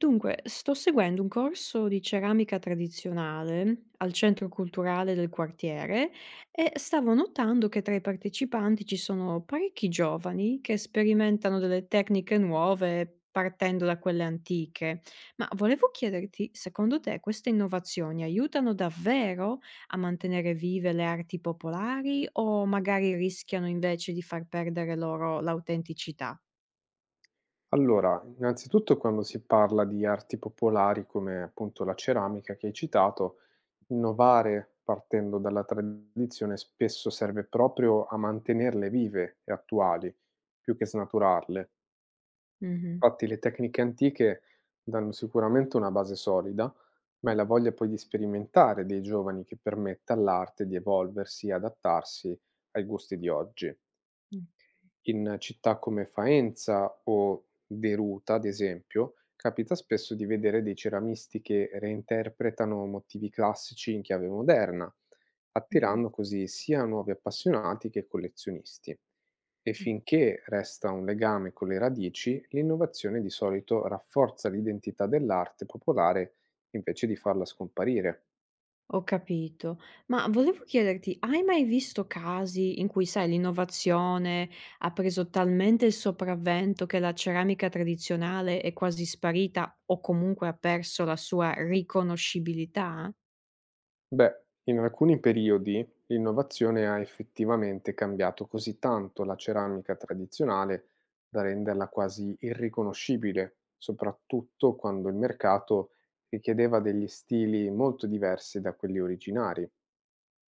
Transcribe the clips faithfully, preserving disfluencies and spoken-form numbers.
Dunque, sto seguendo un corso di ceramica tradizionale al centro culturale del quartiere e stavo notando che tra i partecipanti ci sono parecchi giovani che sperimentano delle tecniche nuove partendo da quelle antiche. Ma volevo chiederti, secondo te queste innovazioni aiutano davvero a mantenere vive le arti popolari o magari rischiano invece di far perdere loro l'autenticità? Allora, innanzitutto quando si parla di arti popolari come appunto la ceramica che hai citato, innovare partendo dalla tradizione spesso serve proprio a mantenerle vive e attuali, più che snaturarle. Mh-mh. Infatti le tecniche antiche danno sicuramente una base solida, ma è la voglia poi di sperimentare dei giovani che permette all'arte di evolversi e adattarsi ai gusti di oggi. Mh. In città come Faenza o Deruta, ad esempio, capita spesso di vedere dei ceramisti che reinterpretano motivi classici in chiave moderna, Mh-mh. attirando così sia nuovi appassionati che collezionisti. E Mh. finché resta un legame con le radici, l'innovazione di solito rafforza l'identità dell'arte popolare invece di farla scomparire. Ho capito. Ma volevo chiederti, hai mai visto casi in cui, sai, l'innovazione ha preso talmente il sopravvento che la ceramica tradizionale è quasi sparita o comunque ha perso la sua riconoscibilità? Beh, in alcuni periodi l'innovazione ha effettivamente cambiato così tanto la ceramica tradizionale da renderla quasi irriconoscibile, soprattutto quando il mercato richiedeva degli stili molto diversi da quelli originari.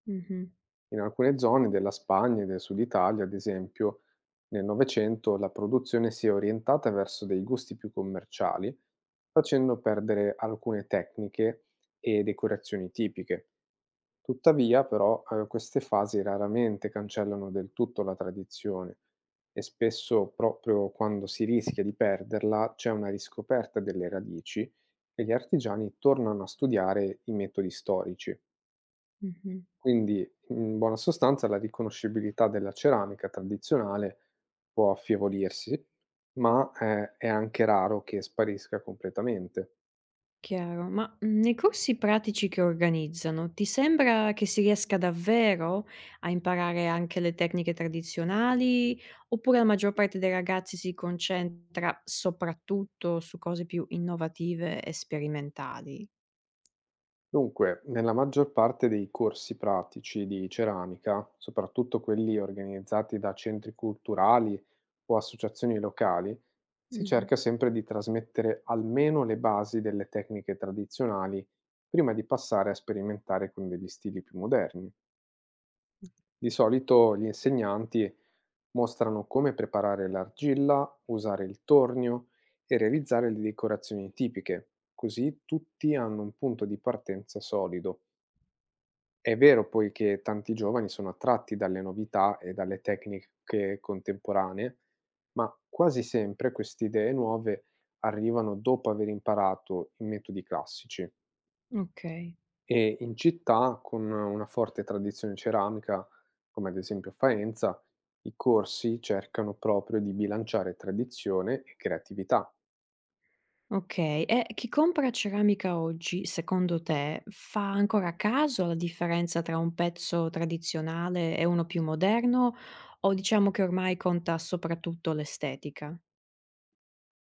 Mh-mh, In alcune zone della Spagna e del Sud Italia, ad esempio, nel Novecento la produzione si è orientata verso dei gusti più commerciali, facendo perdere alcune tecniche e decorazioni tipiche. Tuttavia, però, ehm, queste fasi raramente cancellano del tutto la tradizione e spesso, proprio quando si rischia di perderla, c'è una riscoperta delle radici e gli artigiani tornano a studiare i metodi storici. mh-mh. Quindi, in buona sostanza, la riconoscibilità della ceramica tradizionale può affievolirsi, ma, ehm, è anche raro che sparisca completamente. Chiaro, ma, mhmm, nei corsi pratici che organizzano, ti sembra che si riesca davvero a imparare anche le tecniche tradizionali, oppure la maggior parte dei ragazzi si concentra soprattutto su cose più innovative e sperimentali? Dunque, nella maggior parte dei corsi pratici di ceramica, soprattutto quelli organizzati da centri culturali o associazioni locali, si Mh-mh. cerca sempre di trasmettere almeno le basi delle tecniche tradizionali prima di passare a sperimentare con degli stili più moderni. Mh. Di solito gli insegnanti mostrano come preparare l'argilla, usare il tornio e realizzare le decorazioni tipiche, così tutti hanno un punto di partenza solido. È vero poi che tanti giovani sono attratti dalle novità e dalle tecniche contemporanee, ma quasi sempre queste idee nuove arrivano dopo aver imparato i metodi classici. Okay. E in città, con una forte tradizione ceramica, come ad esempio Faenza, i corsi cercano proprio di bilanciare tradizione e creatività. Okay, e chi compra ceramica oggi, secondo te, fa ancora a caso alla differenza tra un pezzo tradizionale e uno più moderno o diciamo che ormai conta soprattutto l'estetica?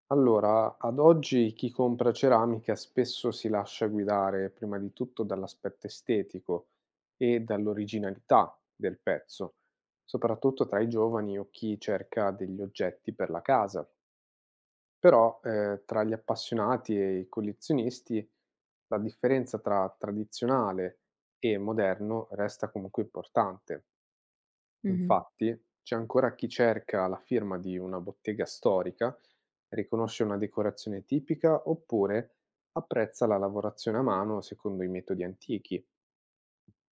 Allora, ad oggi chi compra ceramica spesso si lascia guidare prima di tutto dall'aspetto estetico e dall'originalità del pezzo, soprattutto tra i giovani o chi cerca degli oggetti per la casa. Però eh, tra gli appassionati e i collezionisti la differenza tra tradizionale e moderno resta comunque importante. Mh-mh, Infatti, c'è ancora chi cerca la firma di una bottega storica, riconosce una decorazione tipica oppure apprezza la lavorazione a mano secondo i metodi antichi.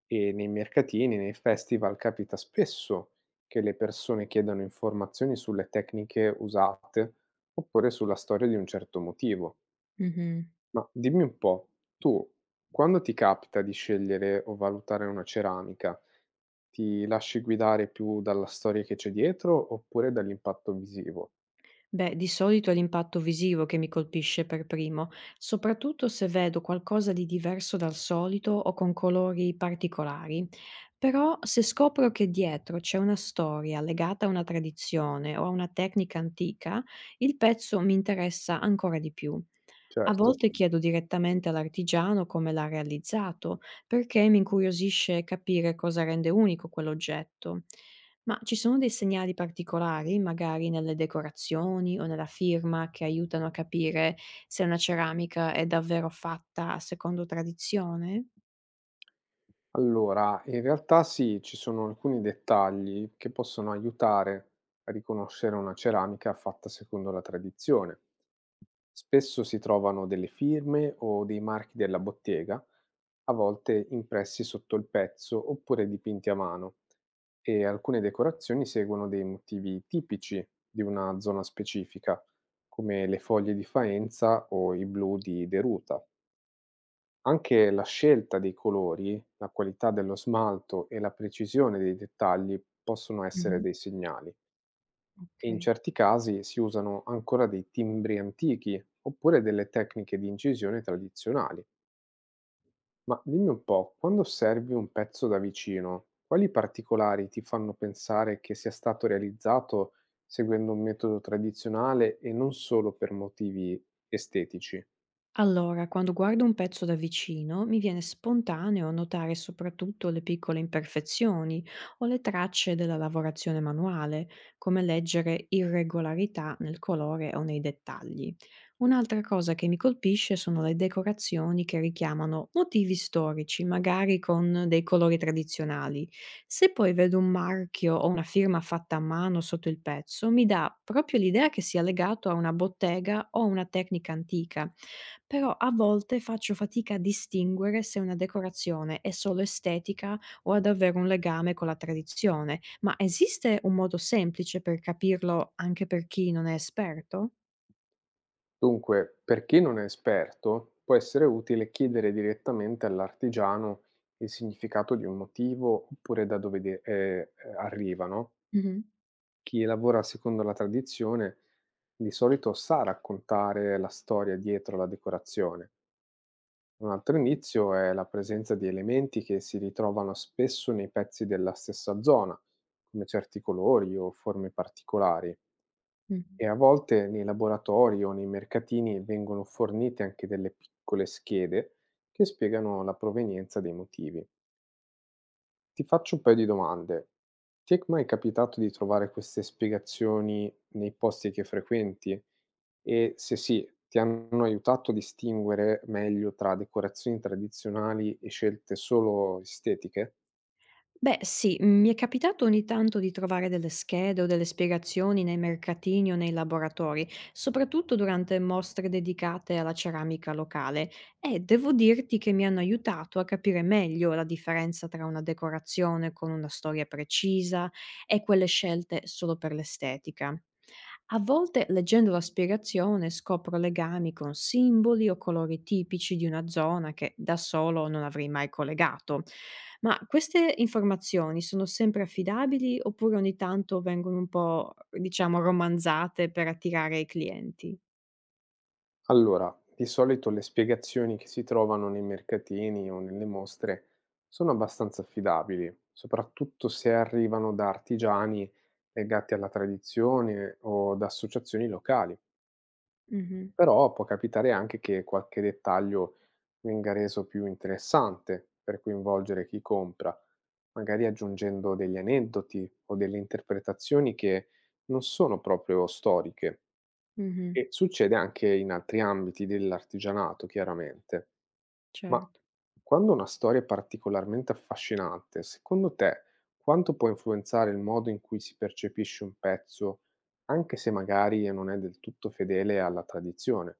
E nei mercatini, nei festival, capita spesso che le persone chiedano informazioni sulle tecniche usate oppure sulla storia di un certo motivo. mh-mh. Ma dimmi un po', tu quando ti capita di scegliere o valutare una ceramica, ti lasci guidare più dalla storia che c'è dietro oppure dall'impatto visivo? Beh, di solito è l'impatto visivo che mi colpisce per primo, soprattutto se vedo qualcosa di diverso dal solito o con colori particolari. Però se scopro che dietro c'è una storia legata a una tradizione o a una tecnica antica, il pezzo mi interessa ancora di più. A Certo. volte chiedo direttamente all'artigiano come l'ha realizzato, perché mi incuriosisce capire cosa rende unico quell'oggetto. Ma ci sono dei segnali particolari, magari nelle decorazioni o nella firma, che aiutano a capire se una ceramica è davvero fatta secondo tradizione? Allora, in realtà sì, ci sono alcuni dettagli che possono aiutare a riconoscere una ceramica fatta secondo la tradizione. Spesso si trovano delle firme o dei marchi della bottega, a volte impressi sotto il pezzo oppure dipinti a mano, e alcune decorazioni seguono dei motivi tipici di una zona specifica, come le foglie di faenza o i blu di Deruta. Anche la scelta dei colori, la qualità dello smalto e la precisione dei dettagli possono essere Mhm. dei segnali e in Ok. certi casi si usano ancora dei timbri antichi oppure delle tecniche di incisione tradizionali. Ma dimmi un po', quando osservi un pezzo da vicino, quali particolari ti fanno pensare che sia stato realizzato seguendo un metodo tradizionale e non solo per motivi estetici? Allora, quando guardo un pezzo da vicino, mi viene spontaneo notare soprattutto le piccole imperfezioni o le tracce della lavorazione manuale, come leggere irregolarità nel colore o nei dettagli. Un'altra cosa che mi colpisce sono le decorazioni che richiamano motivi storici, magari con dei colori tradizionali. Se poi vedo un marchio o una firma fatta a mano sotto il pezzo, mi dà proprio l'idea che sia legato a una bottega o a una tecnica antica, però a volte faccio fatica a distinguere se una decorazione è solo estetica o ha davvero un legame con la tradizione. Ma esiste un modo semplice per capirlo anche per chi non è esperto? Dunque, per chi non è esperto, può essere utile chiedere direttamente all'artigiano il significato di un motivo oppure da dove de- eh, eh, arriva, no? Mh-mh. Chi lavora secondo la tradizione di solito sa raccontare la storia dietro la decorazione. Un altro inizio è la presenza di elementi che si ritrovano spesso nei pezzi della stessa zona, come certi colori o forme particolari. Mh. E a volte nei laboratori o nei mercatini vengono fornite anche delle piccole schede che spiegano la provenienza dei motivi. Ti faccio un paio di domande. Ti è mai capitato di trovare queste spiegazioni nei posti che frequenti? E se sì, ti hanno aiutato a distinguere meglio tra decorazioni tradizionali e scelte solo estetiche? Beh, sì, mm, mi è capitato ogni tanto di trovare delle schede o delle spiegazioni nei mercatini o nei laboratori, soprattutto durante mostre dedicate alla ceramica locale, e devo dirti che mi hanno aiutato a capire meglio la differenza tra una decorazione con una storia precisa e quelle scelte solo per l'estetica. A volte, leggendo la spiegazione, scopro legami con simboli o colori tipici di una zona che da solo non avrei mai collegato. Ma queste informazioni sono sempre affidabili oppure ogni tanto vengono un po', diciamo, romanzate per attirare i clienti? Allora, di solito le spiegazioni che si trovano nei mercatini o nelle mostre sono abbastanza affidabili, soprattutto se arrivano da artigiani legati alla tradizione o da associazioni locali. Mh-mh, Però può capitare anche che qualche dettaglio venga reso più interessante per coinvolgere chi compra, magari aggiungendo degli aneddoti o delle interpretazioni che non sono proprio storiche. mh-mh, E succede anche in altri ambiti dell'artigianato, chiaramente. Ma cer quando una storia è particolarmente affascinante, secondo te quanto può influenzare il modo in cui si percepisce un pezzo, anche se magari non è del tutto fedele alla tradizione?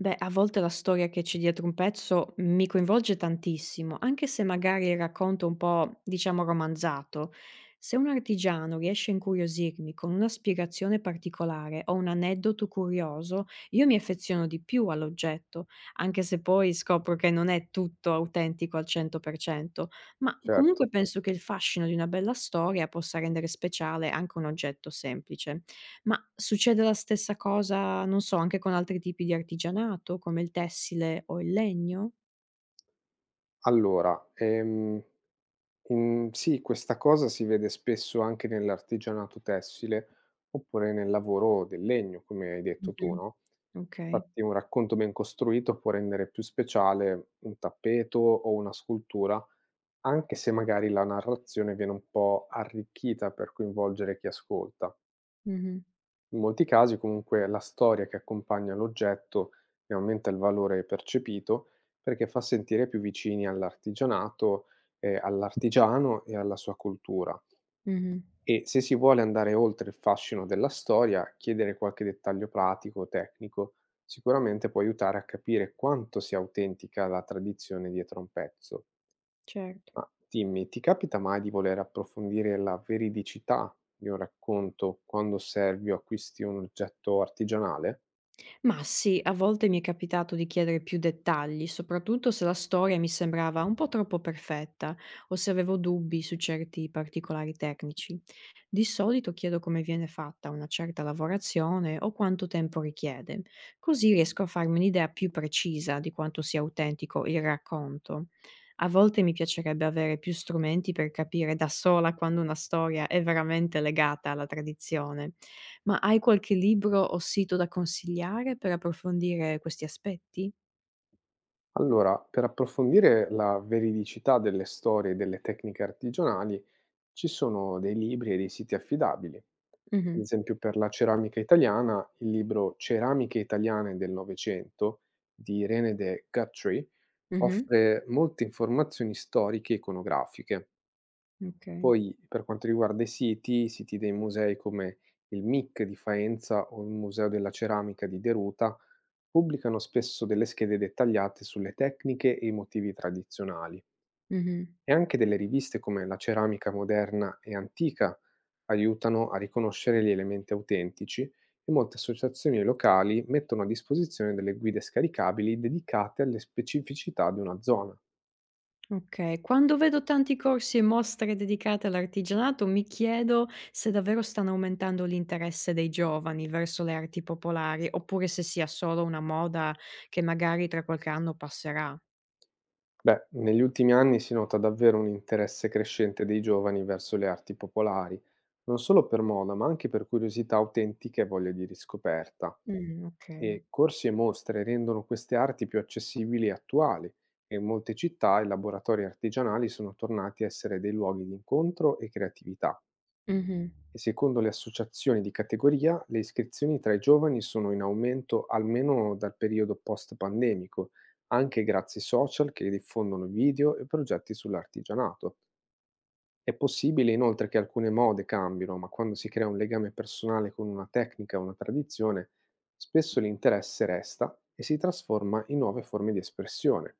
Beh, a volte la storia che c'è dietro un pezzo mi coinvolge tantissimo, anche se magari il racconto è un po', diciamo, romanzato. Se un artigiano riesce a incuriosirmi con una spiegazione particolare o un aneddoto curioso, io mi affeziono di più all'oggetto, anche se poi scopro che non è tutto autentico al cento per cento, ma comunque Certo. penso che il fascino di una bella storia possa rendere speciale anche un oggetto semplice. Ma succede la stessa cosa, non so, anche con altri tipi di artigianato, come il tessile o il legno? Allora, ehm, in- sì, questa cosa si vede spesso anche nell'artigianato tessile oppure nel lavoro del legno, come hai detto tu, Mh-mh. no? Okay. Fatti un racconto ben costruito può rendere più speciale un tappeto o una scultura, anche se magari la narrazione viene un po' arricchita per coinvolgere chi ascolta. Mh-mh. In molti casi comunque la storia che accompagna l'oggetto ne aumenta il valore percepito perché fa sentire più vicini all'artigianato, eh, all'artigiano e alla sua cultura. Mh-mh. E se si vuole andare oltre il fascino della storia, chiedere qualche dettaglio pratico o tecnico sicuramente può aiutare a capire quanto sia autentica la tradizione dietro a un pezzo. Certo. Ma dimmi, ti capita mai di voler approfondire la veridicità di un racconto quando osservi o acquisti un oggetto artigianale? Ma sì, a volte mi è capitato di chiedere più dettagli, soprattutto se la storia mi sembrava un po' troppo perfetta o se avevo dubbi su certi particolari tecnici. Di solito chiedo come viene fatta una certa lavorazione o quanto tempo richiede, così riesco a farmi un'idea più precisa di quanto sia autentico il racconto. A volte mi piacerebbe avere più strumenti per capire da sola quando una storia è veramente legata alla tradizione, ma hai qualche libro o sito da consigliare per approfondire questi aspetti? Allora, per approfondire la veridicità delle storie e delle tecniche artigianali, ci sono dei libri e dei siti affidabili. Ad Mh-mh. esempio per la ceramica italiana, il libro "Ceramiche italiane del Novecento" di Irene de Guthrie Mh-mh. offre molte informazioni storiche e iconografiche. Okay. Poi per quanto riguarda i siti, i siti dei musei come il M I C di Faenza o il Museo della Ceramica di Deruta pubblicano spesso delle schede dettagliate sulle tecniche e i motivi tradizionali. Mh-mh. E anche delle riviste come la ceramica moderna e antica aiutano a riconoscere gli elementi autentici e molte associazioni locali mettono a disposizione delle guide scaricabili dedicate alle specificità di una zona. Okay. Quando vedo tanti corsi e mostre dedicate all'artigianato, mi chiedo se davvero stanno aumentando l'interesse dei giovani verso le arti popolari, oppure se sia solo una moda che magari tra qualche anno passerà. Beh, negli ultimi anni si nota davvero un interesse crescente dei giovani verso le arti popolari, non solo per moda, ma anche per curiosità autentiche e voglia di riscoperta. Mh, okay. E corsi e mostre rendono queste arti più accessibili e attuali, e in molte città i laboratori artigianali sono tornati a essere dei luoghi di incontro e creatività. Mh-mh. E secondo le associazioni di categoria, le iscrizioni tra i giovani sono in aumento almeno dal periodo post-pandemico, anche grazie ai social che diffondono video e progetti sull'artigianato. È possibile inoltre che alcune mode cambino, ma quando si crea un legame personale con una tecnica o una tradizione, spesso l'interesse resta e si trasforma in nuove forme di espressione.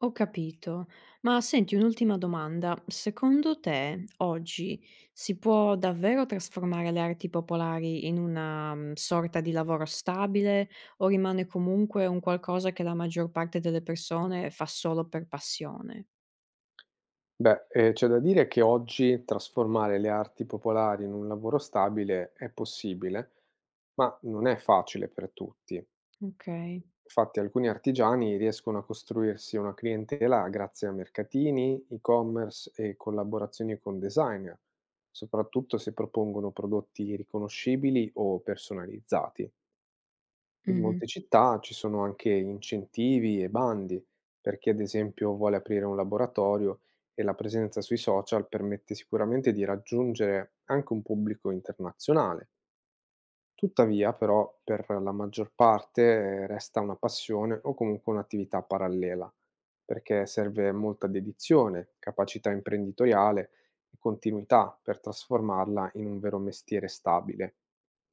Ho capito. Ma senti, un'ultima domanda. Secondo te oggi si può davvero trasformare le arti popolari in una mm, sorta di lavoro stabile o rimane comunque un qualcosa che la maggior parte delle persone fa solo per passione? Beh, eh, c'è da dire che oggi trasformare le arti popolari in un lavoro stabile è possibile, ma non è facile per tutti. Ok. Infatti alcuni artigiani riescono a costruirsi una clientela grazie a mercatini, e-commerce e collaborazioni con designer, soprattutto se propongono prodotti riconoscibili o personalizzati. In Mhm, molte città ci sono anche incentivi e bandi per chi ad esempio vuole aprire un laboratorio e la presenza sui social permette sicuramente di raggiungere anche un pubblico internazionale. Tuttavia, però, per la maggior parte eh, resta una passione o comunque un'attività parallela, perché serve molta dedizione, capacità imprenditoriale e continuità per trasformarla in un vero mestiere stabile.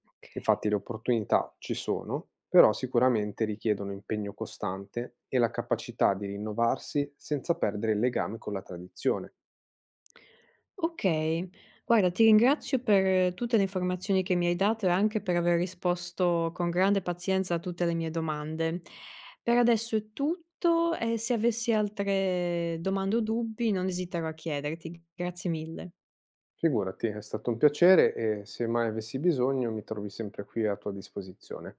ok. Infatti le opportunità ci sono, però sicuramente richiedono impegno costante e la capacità di rinnovarsi senza perdere il legame con la tradizione. Okay. Guarda, ti ringrazio per tutte le informazioni che mi hai dato e anche per aver risposto con grande pazienza a tutte le mie domande. Per adesso è tutto e se avessi altre domande o dubbi non esiterò a chiederti. Grazie mille. Figurati, è stato un piacere e se mai avessi bisogno mi trovi sempre qui a tua disposizione.